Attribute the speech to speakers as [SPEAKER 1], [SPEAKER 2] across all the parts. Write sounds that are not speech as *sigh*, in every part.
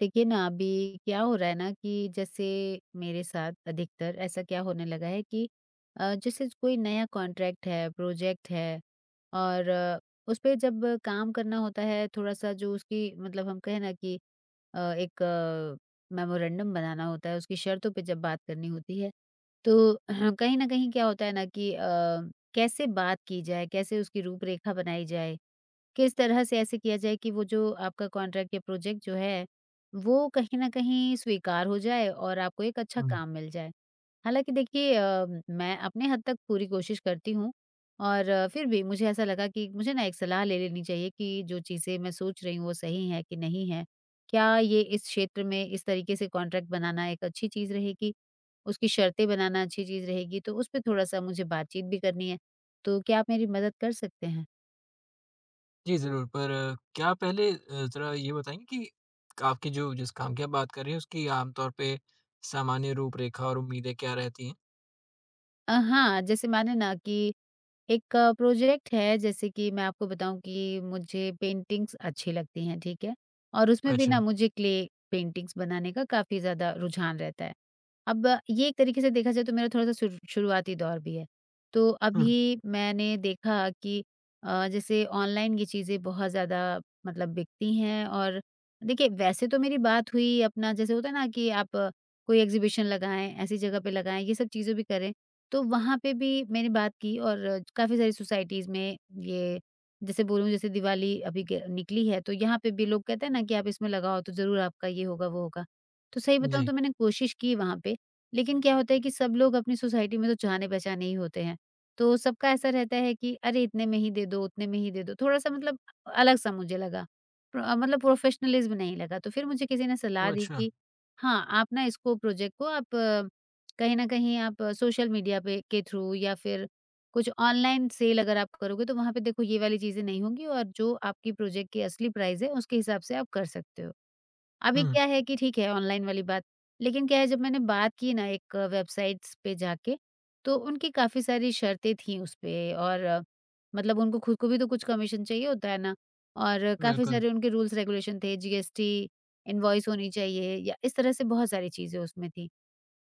[SPEAKER 1] देखिए ना, अभी क्या हो रहा है ना कि जैसे मेरे साथ अधिकतर ऐसा क्या होने लगा है कि जैसे कोई नया कॉन्ट्रैक्ट है, प्रोजेक्ट है, और उस पे जब काम करना होता है, थोड़ा-सा जो उसकी, मतलब हम कहें ना कि एक मेमोरेंडम बनाना होता है, उसकी शर्तों पे जब बात करनी होती है, तो *clears throat* कहीं न कहीं क्या होता है ना कि कैसे बात की जाए, कैसे उसकी रूपरेखा बनाई जाए, किस तरह से ऐसे किया जाए कि वो जो आपका कॉन्ट्रैक्ट या प्रोजेक्ट जो है, वो कहीं न कहीं स्वीकार हो जाए और आपको एक अच्छा
[SPEAKER 2] हुँ।
[SPEAKER 1] काम मिल जाए? हालाँकि देखिए मैं अपने हद तक पूरी कोशिश करती हूँ, और फिर भी मुझे ऐसा लगा कि मुझे ना एक सलाह ले लेनी चाहिए कि जो चीज़ें मैं सोच रही हूँ वो सही है कि नहीं है? क्या ये इस क्षेत्र में इस तरीके से कॉन्ट्रैक्ट बनाना एक अच्छी चीज़ रहेगी? उसकी शर्तें बनाना अच्छी चीज़ रहेगी? तो उस पे थोड़ा-सा मुझे बातचीत भी करनी है। तो क्या आप मेरी मदद कर सकते हैं?
[SPEAKER 2] जी, ज़रूर, पर क्या आप पहले ज़रा ये बताएँगे कि आपकी जो जिस काम की आप बात कर रहे हैं उसकी आम तौर पे सामान्य रूपरेखा और उम्मीदें क्या रहती हैं?
[SPEAKER 1] हाँ, जैसे माने ना कि एक प्रोजेक्ट है, जैसे कि मैं आपको बताऊँ कि मुझे पेंटिंग्स अच्छी लगती हैं, ठीक है? और उसमें भी ना
[SPEAKER 2] अच्छा।
[SPEAKER 1] मुझे क्ले पेंटिंग्स बनाने का काफ़ी ज़्यादा रुझान रहता है। अब ये एक तरीके से देखा जाए तो मेरा थोड़ा-सा शुरू शुरुआती दौर भी है। तो
[SPEAKER 2] हुँ,
[SPEAKER 1] अभी मैंने देखा कि जैसे ऑनलाइन ये चीज़ें बहुत ज़्यादा, मतलब, बिकती हैं। और देखिए, वैसे तो मेरी बात हुई, अपना जैसे होता है ना कि आप कोई एग्ज़िबिशन लगाएँ, ऐसी जगह पे लगाएँ, ये सब चीज़ें भी करें। तो वहाँ पे भी मैंने बात की, और काफ़ी सारी सोसाइटीज़ में ये, जैसे बोलूँ, जैसे दिवाली अभी ग निकली है, तो यहाँ पे भी लोग कहते हैं ना कि आप इसमें लगाओ तो ज़रूर आपका ये होगा, वो होगा। तो सही बताऊँ
[SPEAKER 2] जी।
[SPEAKER 1] तो मैंने कोशिश की वहाँ पे, लेकिन क्या होता है कि सब लोग अपनी सोसाइटी में तो जाने-पहचाने ही होते हैं। तो सबका ऐसा रहता है कि अरे! इतने में ही दे दो, उतने में ही दे दो, थोड़ा-सा मतलब अलग-सा मुझे लगा। प्र मतलब प्रोफ़ेशनलिज़्म नहीं लगा। तो फिर मुझे किसी ने सलाह
[SPEAKER 2] ओह,
[SPEAKER 1] दी
[SPEAKER 2] अच्छा!
[SPEAKER 1] कि हाँ, आप ना इसको, प्रोजेक्ट को आप कहीं न कहीं आप सोशल मीडिया पे के थ्रू, या फिर कुछ ऑनलाइन सेल अगर आप करोगे, तो वहाँ पे देखो ये वाली चीज़ें नहीं होंगी, और जो आपकी प्रोजेक्ट की असली प्राइस है उसके हिसाब से आप कर सकते हो। अभी
[SPEAKER 2] हुँ,
[SPEAKER 1] क्या है कि ठीक है ऑनलाइन वाली बात, लेकिन क्या है, जब मैंने बात की ना एक वेबसाइट्स पे जाके, तो उनकी काफ़ी सारी शर्तें थी उसपे, और मतलब उनको खुद को भी तो कुछ कमीशन चाहिए होता है ना, और काफ़ी
[SPEAKER 2] बिल्कुल।
[SPEAKER 1] सारे उनके रूल्स रेगुलेशन थे, जीएसटी इनवॉइस होनी चाहिए, या इस तरह से बहुत सारी चीज़ें उसमें थी।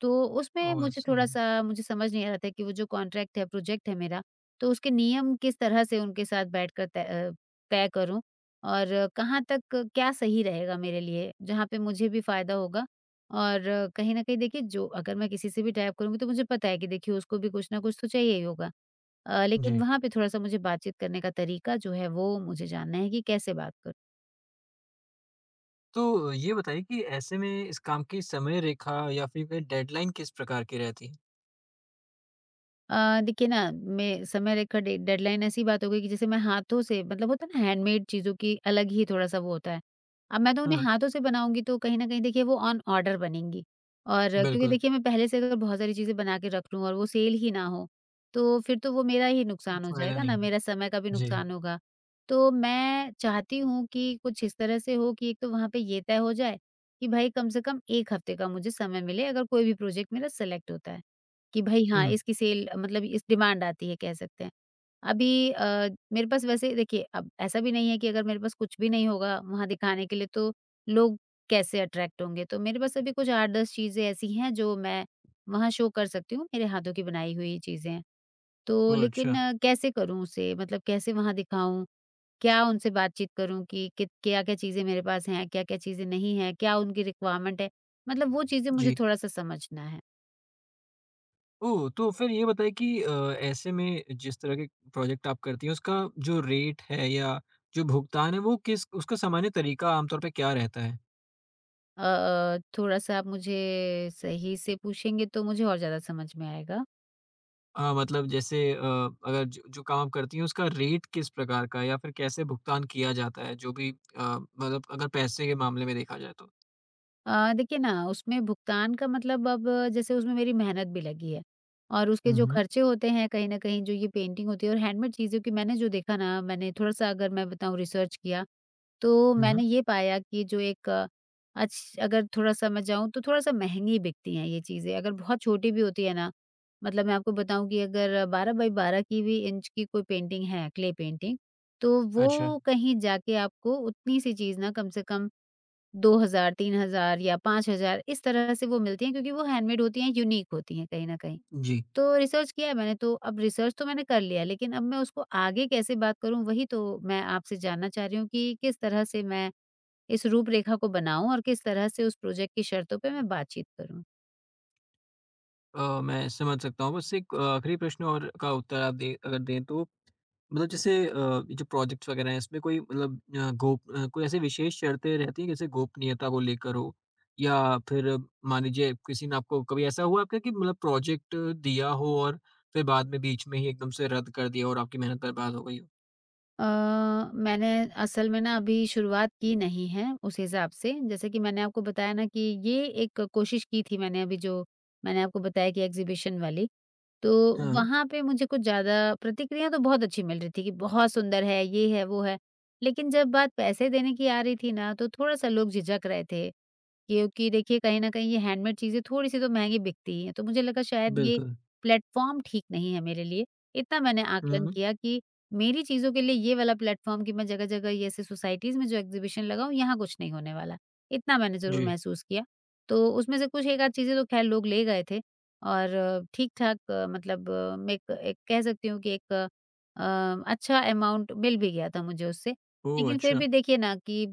[SPEAKER 1] तो उसमें
[SPEAKER 2] ओह,
[SPEAKER 1] मुझे
[SPEAKER 2] समझा।
[SPEAKER 1] थोड़ा-सा मुझे समझ नहीं आ रहा था कि वो जो कॉन्ट्रैक्ट है, प्रोजेक्ट है मेरा, तो उसके नियम किस तरह से उनके साथ बैठकर तय करूँ, और कहाँ तक क्या सही रहेगा मेरे लिए, जहाँ पे मुझे भी फ़ायदा होगा, और कहीं न कहीं देखिए जो, अगर मैं किसी से भी टाइप करूँगी, तो मुझे पता है कि देखिए उसको भी कुछ न कुछ तो चाहिए ही होगा। लेकिन
[SPEAKER 2] जी।
[SPEAKER 1] वहाँ पे थोड़ा-सा मुझे बातचीत करने का तरीका जो है वो मुझे जानना है कि कैसे बात करूँ?
[SPEAKER 2] तो ये बताइए कि ऐसे में इस काम की समय रेखा या फिर कोई डेडलाइन किस प्रकार की रहती है?
[SPEAKER 1] देखिए ना, मैं समय रेखा, डे डेडलाइन, ऐसी बात हो गई कि जैसे मैं हाथों से, मतलब होता है ना हैंडमेड चीज़ों की अलग ही थोड़ा-सा वो होता है। अब मैं तो उन्हें
[SPEAKER 2] हाँ,
[SPEAKER 1] हाथों से बनाऊँगी, तो कहीं न कहीं देखिए वो ऑन ऑर्डर बनेंगी, और क्योंकि
[SPEAKER 2] बिल्कुल।
[SPEAKER 1] देखिए मैं पहले से अगर बहुत सारी चीज़ें बना के रख लूँ और वो सेल ही ना हो, तो फिर तो वो मेरा ही नुकसान हो
[SPEAKER 2] फ़ायदा
[SPEAKER 1] जाएगा ना,
[SPEAKER 2] नहीं है।
[SPEAKER 1] मेरा समय का भी
[SPEAKER 2] जी।
[SPEAKER 1] नुकसान होगा। तो मैं चाहती हूँ कि कुछ इस तरह से हो कि एक तो वहाँ पे ये तय हो जाए कि भाई कम से कम 1 हफ्ते का मुझे समय मिले, अगर कोई भी प्रोजेक्ट मेरा सेलेक्ट होता है। कि भई हाँ,
[SPEAKER 2] हुँ।
[SPEAKER 1] इसकी सेल, मतलब इस डिमांड आती है, कह सकते हैं। अभी मेरे पास वैसे देखिए अब ऐसा भी नहीं है कि अगर मेरे पास कुछ भी नहीं होगा वहाँ दिखाने के लिए, तो लोग कैसे अट्रैक्ट होंगे? तो मेरे पास अभी कुछ 8-10 चीज़ें ऐसी हैं जो मैं वहाँ शो कर सकती हूँ, मेरे हाथों की बनाई हुई चीज़ें हैं। तो
[SPEAKER 2] ओह,
[SPEAKER 1] लेकिन
[SPEAKER 2] अच्छा!
[SPEAKER 1] कैसे करूँ उसे? मतलब कैसे वहाँ दिखाऊँ? क्या उनसे बातचीत करूँ कि कित क्या-क्या चीज़ें मेरे पास हैं, क्या-क्या चीज़ें नहीं हैं, क्या उनकी रिक्वायरमेंट है? मतलब वो चीज़ें मुझे
[SPEAKER 2] जी।
[SPEAKER 1] थोड़ा-सा समझना है।
[SPEAKER 2] ओह! तो फिर ये बताइए कि ऐसे में जिस तरह के प्रोजेक्ट आप करती हैं उसका जो रेट है या जो भुगतान है, वो किस उसका सामान्य तरीका आम तौर पे क्या रहता है?
[SPEAKER 1] थोड़ा-सा आप मुझे सही से पूछेंगे तो मुझे और ज़्यादा समझ में आएगा।
[SPEAKER 2] मतलब जैसे अगर जो जो काम आप करती हैं उसका रेट किस प्रकार का है या फिर कैसे भुगतान किया जाता है? जो भी मतलब अगर पैसे के मामले में देखा जाए तो।
[SPEAKER 1] देखिए ना, उसमें भुगतान का मतलब, अब जैसे उसमें मेरी मेहनत भी लगी है, और उसके
[SPEAKER 2] हुँ,
[SPEAKER 1] जो
[SPEAKER 2] हुँ।
[SPEAKER 1] खर्चे होते हैं कहीं ना कहीं, जो ये पेंटिंग होती है और हैंडमेड चीज़ों की, मैंने जो देखा ना, मैंने थोड़ा सा, अगर मैं बताऊँ, रिसर्च किया, तो
[SPEAKER 2] हुँ,
[SPEAKER 1] मैंने
[SPEAKER 2] हुँ।
[SPEAKER 1] ये पाया कि जो एक, अच्छ अगर थोड़ा सा मैं जाऊँ, तो थोड़ा सा महंगी बिकती हैं ये चीज़ें, अगर बहुत छोटी भी होती है ना, मतलब मैं आपको बताऊं कि अगर 12 बाई 12 की भी इंच की कोई पेंटिंग है, क्ले पेंटिंग, तो
[SPEAKER 2] अच्छा।
[SPEAKER 1] वो कहीं जाके आपको उतनी सी चीज़ ना, कम से कम 2000, 3000 या 5000, इस तरह से वो मिलती हैं, क्योंकि वो हैंडमेड होती हैं, यूनीक होती हैं कहीं न कहीं।
[SPEAKER 2] जी।
[SPEAKER 1] तो रिसर्च किया है मैंने, तो अब रिसर्च तो मैंने कर लिया, लेकिन अब मैं उसको आगे कैसे बात करूँ, वही तो मैं आपसे जानना चाह रही हूँ, कि किस तरह से मैं इस रूपरेखा को बनाऊँ और किस तरह से उस प्रोजेक्ट की शर्तों पे मैं बातचीत करूँ?
[SPEAKER 2] मैं समझ सकता हूँ। बस एक आखिरी प्रश्न और का उत्तर आप दें, अगर दें तो। मतलब जैसे ये जो प्रोजेक्ट्स वगैरह हैं इसमें कोई मतलब कोई ऐसी विशेष शर्तें रहती हैं जैसे गोपनीयता को लेकर हो, या फिर मान लीजिए किसी ने, आपको कभी ऐसा हुआ आपका कि मतलब प्रोजेक्ट दिया हो और फिर बाद में बीच में ही एकदम से रद्द कर दिया हो और आपकी मेहनत बर्बाद हो गई हो?
[SPEAKER 1] अ, मैंने असल में ना अभी शुरुआत की नहीं है उस हिसाब से। जैसे कि मैंने आपको बताया ना कि ये एक कोशिश की थी मैंने अभी, जो मैंने आपको बताया, कि एग्ज़िबिशन वाली। तो
[SPEAKER 2] हाँ,
[SPEAKER 1] वहाँ पे मुझे कुछ ज़्यादा, प्रतिक्रिया तो बहुत अच्छी मिल रही थी कि बहुत सुंदर है, ये है, वो है। लेकिन जब बात पैसे देने की आ रही थी ना, तो थोड़ा-सा लोग झिझक रहे थे, क्योंकि देखिए कहीं न कहीं ये हैंडमेड चीज़ें थोड़ी-सी तो महँगी बिकती ही हैं। तो मुझे लगा शायद ये
[SPEAKER 2] बिल्कुल।
[SPEAKER 1] प्लेटफ़ॉर्म ठीक नहीं है मेरे लिए। इतना मैंने
[SPEAKER 2] हुँ,
[SPEAKER 1] आकलन
[SPEAKER 2] हुँ।
[SPEAKER 1] किया कि मेरी चीज़ों के लिए ये वाला प्लेटफ़ॉर्म, कि मैं जगह-जगह ये ऐसे सोसाइटीज़ में जो एग्ज़िबिशन लगाऊँ, यहाँ कुछ नहीं होने वाला। इतना मैंने ज़रूर
[SPEAKER 2] जी।
[SPEAKER 1] महसूस किया। तो उसमें से कुछ 1 आध चीज़ें तो ख़ैर लोग ले गए थे। और ठीक-ठाक, मतलब मैं एक एक कह सकती हूँ कि एक अच्छा अमाउंट मिल भी गया था मुझे उससे।
[SPEAKER 2] ओह!
[SPEAKER 1] लेकिन फिर
[SPEAKER 2] अच्छा।
[SPEAKER 1] भी देखिए ना कि,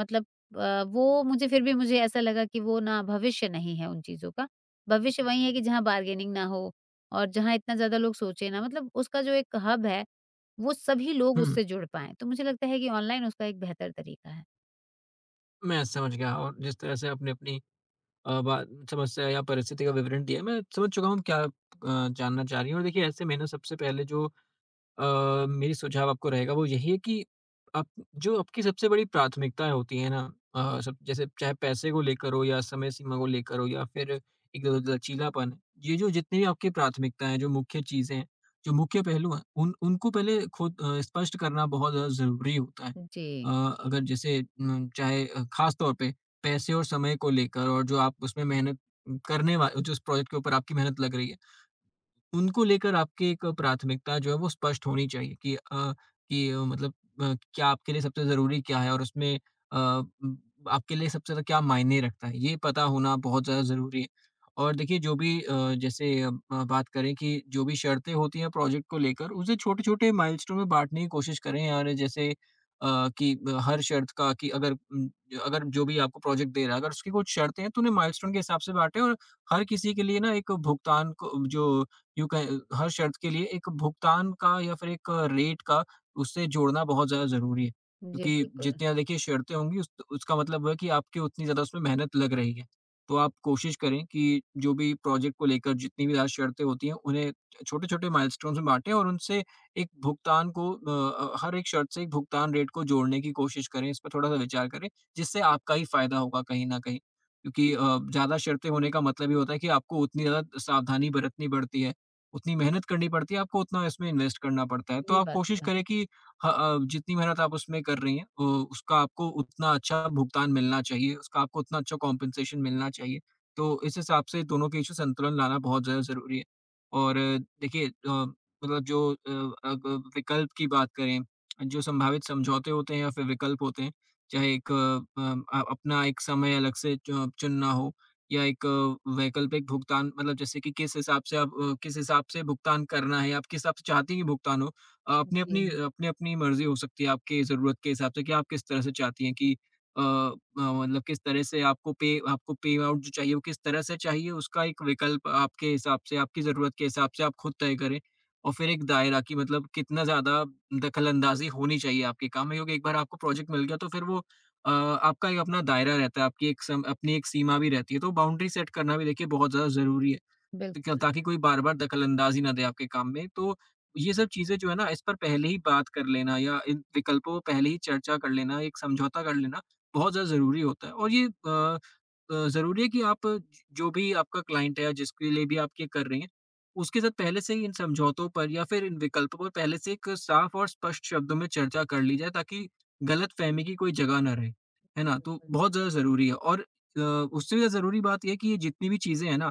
[SPEAKER 1] मतलब वो मुझे फिर भी मुझे ऐसा लगा कि वो ना भविष्य नहीं है उन चीज़ों का। भविष्य वही है कि जहाँ बार्गेनिंग ना हो, और जहाँ इतना ज़्यादा लोग सोचे ना, मतलब उसका जो एक हब है, वो सभी लोग
[SPEAKER 2] हुँ,
[SPEAKER 1] उससे जुड़ पाएँ। तो मुझे लगता है कि ऑनलाइन उसका एक बेहतर तरीका है।
[SPEAKER 2] मैं समझ गया। और जिस तरह से आपने अपनी बात, समस्या या परिस्थिति का विवरण दिया है, मैं समझ चुका हूँ क्या जानना चाह रही हैं। और देखिए, ऐसे में ना सबसे पहले जो मेरी सुझाव आपको रहेगा वो यही है कि आप जो आपकी सबसे बड़ी प्राथमिकताएँ होती हैं ना, सब, जैसे चाहे पैसे को लेकर हो या समय सीमा को लेकर हो या फिर एक ल लचीलापन है, ये जो जितनी भी आपकी प्राथमिकताएँ हैं, जो मुख्य चीज़ें हैं, जो मुख्य पहलू हैं, उन उनको पहले खुद स्पष्ट करना बहुत ज़्यादा ज़रूरी होता है। अ,
[SPEAKER 1] जी।
[SPEAKER 2] अगर जैसे चाहे ख़ास तौर पे पैसे और समय को लेकर, और जो आप उसमें मेहनत करने वा जो उस प्रोजेक्ट के ऊपर आपकी मेहनत लग रही है, उनको लेकर आपकी एक प्राथमिकता जो है वो स्पष्ट होनी चाहिए कि मतलब क्या आपके लिए सबसे ज़रूरी क्या है, और उसमें अ, उम, आपके लिए सबसे ज़्यादा क्या मायने रखता है, ये पता होना बहुत ज़्यादा ज़रूरी है। और देखिए, जो भी जैसे बात करें कि जो भी शर्तें होती हैं प्रोजेक्ट को लेकर, उसे छोटे-छोटे माइलस्टोन में बाँटने की कोशिश करें, और जैसे हर शर्त का, कि अगर उम, अगर जो भी आपको प्रोजेक्ट दे रहा है, अगर उसकी कुछ शर्तें हैं, तो उन्हें माइलस्टोन के हिसाब से बाँटें, और हर किसी के लिए ना एक भुगतान को जो यूँ कह हर शर्त के लिए एक भुगतान का या फिर एक रेट का उससे जोड़ना बहुत ज़्यादा ज़रूरी है।
[SPEAKER 1] जी,
[SPEAKER 2] क्योंकि
[SPEAKER 1] बिल्कुल।
[SPEAKER 2] जितनी ज़्यादा, देखिए, शर्तें होंगी उस उसका मतलब है कि आपकी उतनी ज़्यादा उसमें मेहनत लग रही है। तो आप कोशिश करें कि जो भी प्रोजेक्ट को लेकर जितनी भी ज़्यादा शर्तें होती हैं उन्हें छोटे-छोटे माइलस्टोन्स में बाँटें, और उनसे एक भुगतान को हर एक शर्त से एक भुगतान रेट को जोड़ने की कोशिश करें, इस पर थोड़ा-सा विचार करें, जिससे आपका ही फ़ायदा होगा कहीं न कहीं। क्योंकि ज़्यादा शर्तें होने का मतलब ये होता है कि आपको उतनी ज़्यादा सावधानी बरतनी पड़ती है, उतनी मेहनत करनी पड़ती है, आपको उतना इसमें इन्वेस्ट करना पड़ता है। तो
[SPEAKER 1] ये
[SPEAKER 2] आप
[SPEAKER 1] बात
[SPEAKER 2] कोशिश
[SPEAKER 1] तो है।
[SPEAKER 2] करें कि जितनी मेहनत आप उसमें कर रही हैं उसका आपको उतना अच्छा भुगतान मिलना चाहिए, उसका आपको उतना अच्छा कॉम्पेन्सेशन मिलना चाहिए। तो इस हिसाब से दोनों के बीच में संतुलन लाना बहुत ज़्यादा ज़रूरी है। और देखिए मतलब जो अब विकल्प की बात करें, जो संभावित समझौते होते हैं या फिर विकल्प होते हैं, चाहे एक अपना एक समय अलग से चु चुनना हो, या एक वैकल्पिक भुगतान, मतलब जैसे कि किस हिसाब से भुगतान करना है, आप किस हिसाब से चाहते हैं कि भुगतान हो?
[SPEAKER 1] जी,
[SPEAKER 2] अपनी-अपनी मर्ज़ी हो सकती है आपकी ज़रूरत के हिसाब से कि आप किस तरह से चाहती हैं कि अ अ, मतलब किस तरह से आपको पे आउट जो चाहिए वो किस तरह से चाहिए, उसका एक विकल्प आपके हिसाब से, आपकी ज़रूरत के हिसाब से आप खुद तय करें। और फिर एक दायरा कि मतलब कितना ज़्यादा दखल अंदाज़ी होनी चाहिए आपके काम में, क्योंकि एक बार आपको प्रोजेक्ट मिल गया तो फिर वो आपका एक अपना दायरा रहता है, आपकी एक सम अपनी एक सीमा भी रहती है, तो बाउंड्री सेट करना भी, देखिए, बहुत ज़्यादा ज़रूरी है। क
[SPEAKER 1] बिल्कुल।
[SPEAKER 2] ताकि कोई बार-बार दखल-अंदाज़ी ना दे आपके काम में। तो ये सब चीज़ें जो है ना, इस पर पहले ही बात कर लेना या इन विकल्पों पर पहले ही चर्चा कर लेना, एक समझौता कर लेना, बहुत ज़्यादा ज़रूरी होता है। और ये ज़रूरी है कि आप ज जो भी आपका क्लाइंट है या जिसके लिए भी आप ये कर रहे हैं, उसके साथ पहले से ही इन समझौतों पर या फिर इन विकल्पों पर पहले से एक साफ और स्पष्ट शब्दों में चर्चा कर ली जाए, ताकि गलतफ़हमी की कोई जगह ना रहे। है ना? तो बहुत ज़्यादा ज़रूरी है। और उससे भी ज़रूरी बात ये है कि ये जितनी भी चीज़ें हैं ना,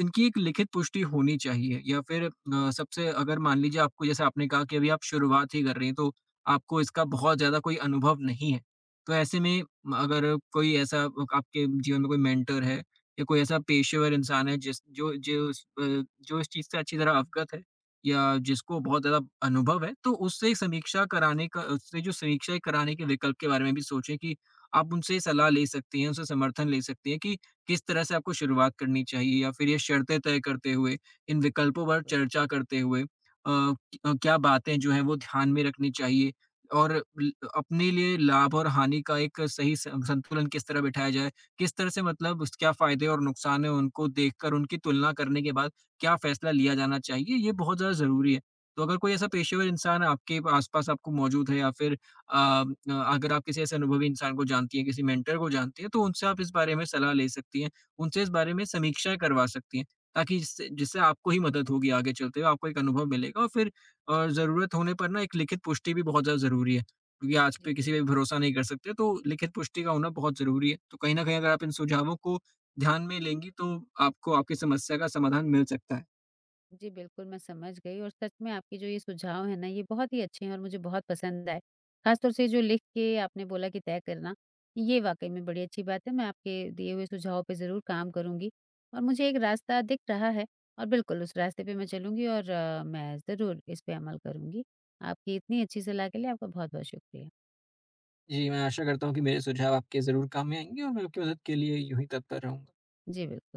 [SPEAKER 2] इनकी एक लिखित पुष्टि होनी चाहिए, या फिर सबसे, अगर मान लीजिए, आपको, जैसे आपने कहा कि अभी आप शुरुआत ही कर रही हैं तो आपको इसका बहुत ज़्यादा कोई अनुभव नहीं है। तो ऐसे में म अगर कोई ऐसा आपके जीवन में कोई मेंटर है, या कोई ऐसा पेशेवर इंसान है जिस जो जो इस अ, जो इस चीज़ से अच्छी तरह अवगत है, या जिसको बहुत ज़्यादा अनुभव है, तो उससे समीक्षा कराने का, उससे जो समीक्षा कराने के विकल्प के बारे में भी सोचें, कि आप उनसे सलाह ले सकती हैं, उनसे समर्थन ले सकती हैं कि किस तरह से आपको शुरुआत करनी चाहिए, या फिर ये शर्तें तय करते हुए, इन विकल्पों पर चर्चा करते हुए क क्या बातें जो हैं वो ध्यान में रखनी चाहिए, और ल अपने लिए लाभ और हानि का एक सही सं संतुलन किस तरह बिठाया जाए? किस तरह से, मतलब, उस क्या फ़ायदे और नुकसान हैं उनको देखकर, उनकी तुलना करने के बाद क्या फ़ैसला लिया जाना चाहिए? ये बहुत ज़्यादा ज़रूरी है। तो अगर कोई ऐसा पेशेवर इंसान आपके आस-पास आपको मौजूद है, या फिर अगर आप किसी ऐसे अनुभवी इंसान को जानती हैं, किसी मेंटर को जानती हैं, तो उनसे आप इस बारे में सलाह ले सकती हैं, उनसे इस बारे में समीक्षाएँ करवा सकती हैं, ताकि जिससे जिससे आपको ही मदद होगी आगे चलते हुए, आपको एक अनुभव मिलेगा। और फिर ज़रूरत होने पर ना एक लिखित पुष्टि भी बहुत ज़्यादा ज़रूरी है, क्योंकि आज
[SPEAKER 1] जी।
[SPEAKER 2] पे किसी पे भी भरोसा नहीं कर सकते, तो लिखित पुष्टि का होना बहुत ज़रूरी है। तो कहीं न कहीं अगर आप इन सुझावों को ध्यान में लेंगी, तो आपको आपकी समस्या का समाधान मिल सकता है।
[SPEAKER 1] जी, बिल्कुल, मैं समझ गई, और सच में आपके जो ये सुझाव हैं ना, ये बहुत ही अच्छे हैं और मुझे बहुत पसंद आए। ख़ासतौर से जो लिख के आपने बोला कि तय करना, ये वाक़ई में बड़ी अच्छी बात है। मैं आपके दिए हुए सुझावों पे ज़रूर काम करूँगी, और मुझे एक रास्ता दिख रहा है, और बिल्कुल उस रास्ते पे मैं चलूँगी, और मैं ज़रूर इस पे अमल करूँगी। आपकी इतनी अच्छी सलाह के लिए आपका बहुत-बहुत शुक्रिया।
[SPEAKER 2] जी, मैं आशा करता हूँ कि मेरे सुझाव आपके ज़रूर काम में आएँगे और मैं आपकी मदद के लिए यूँ ही तत्पर रहूँ
[SPEAKER 1] जी, बिल्कुल।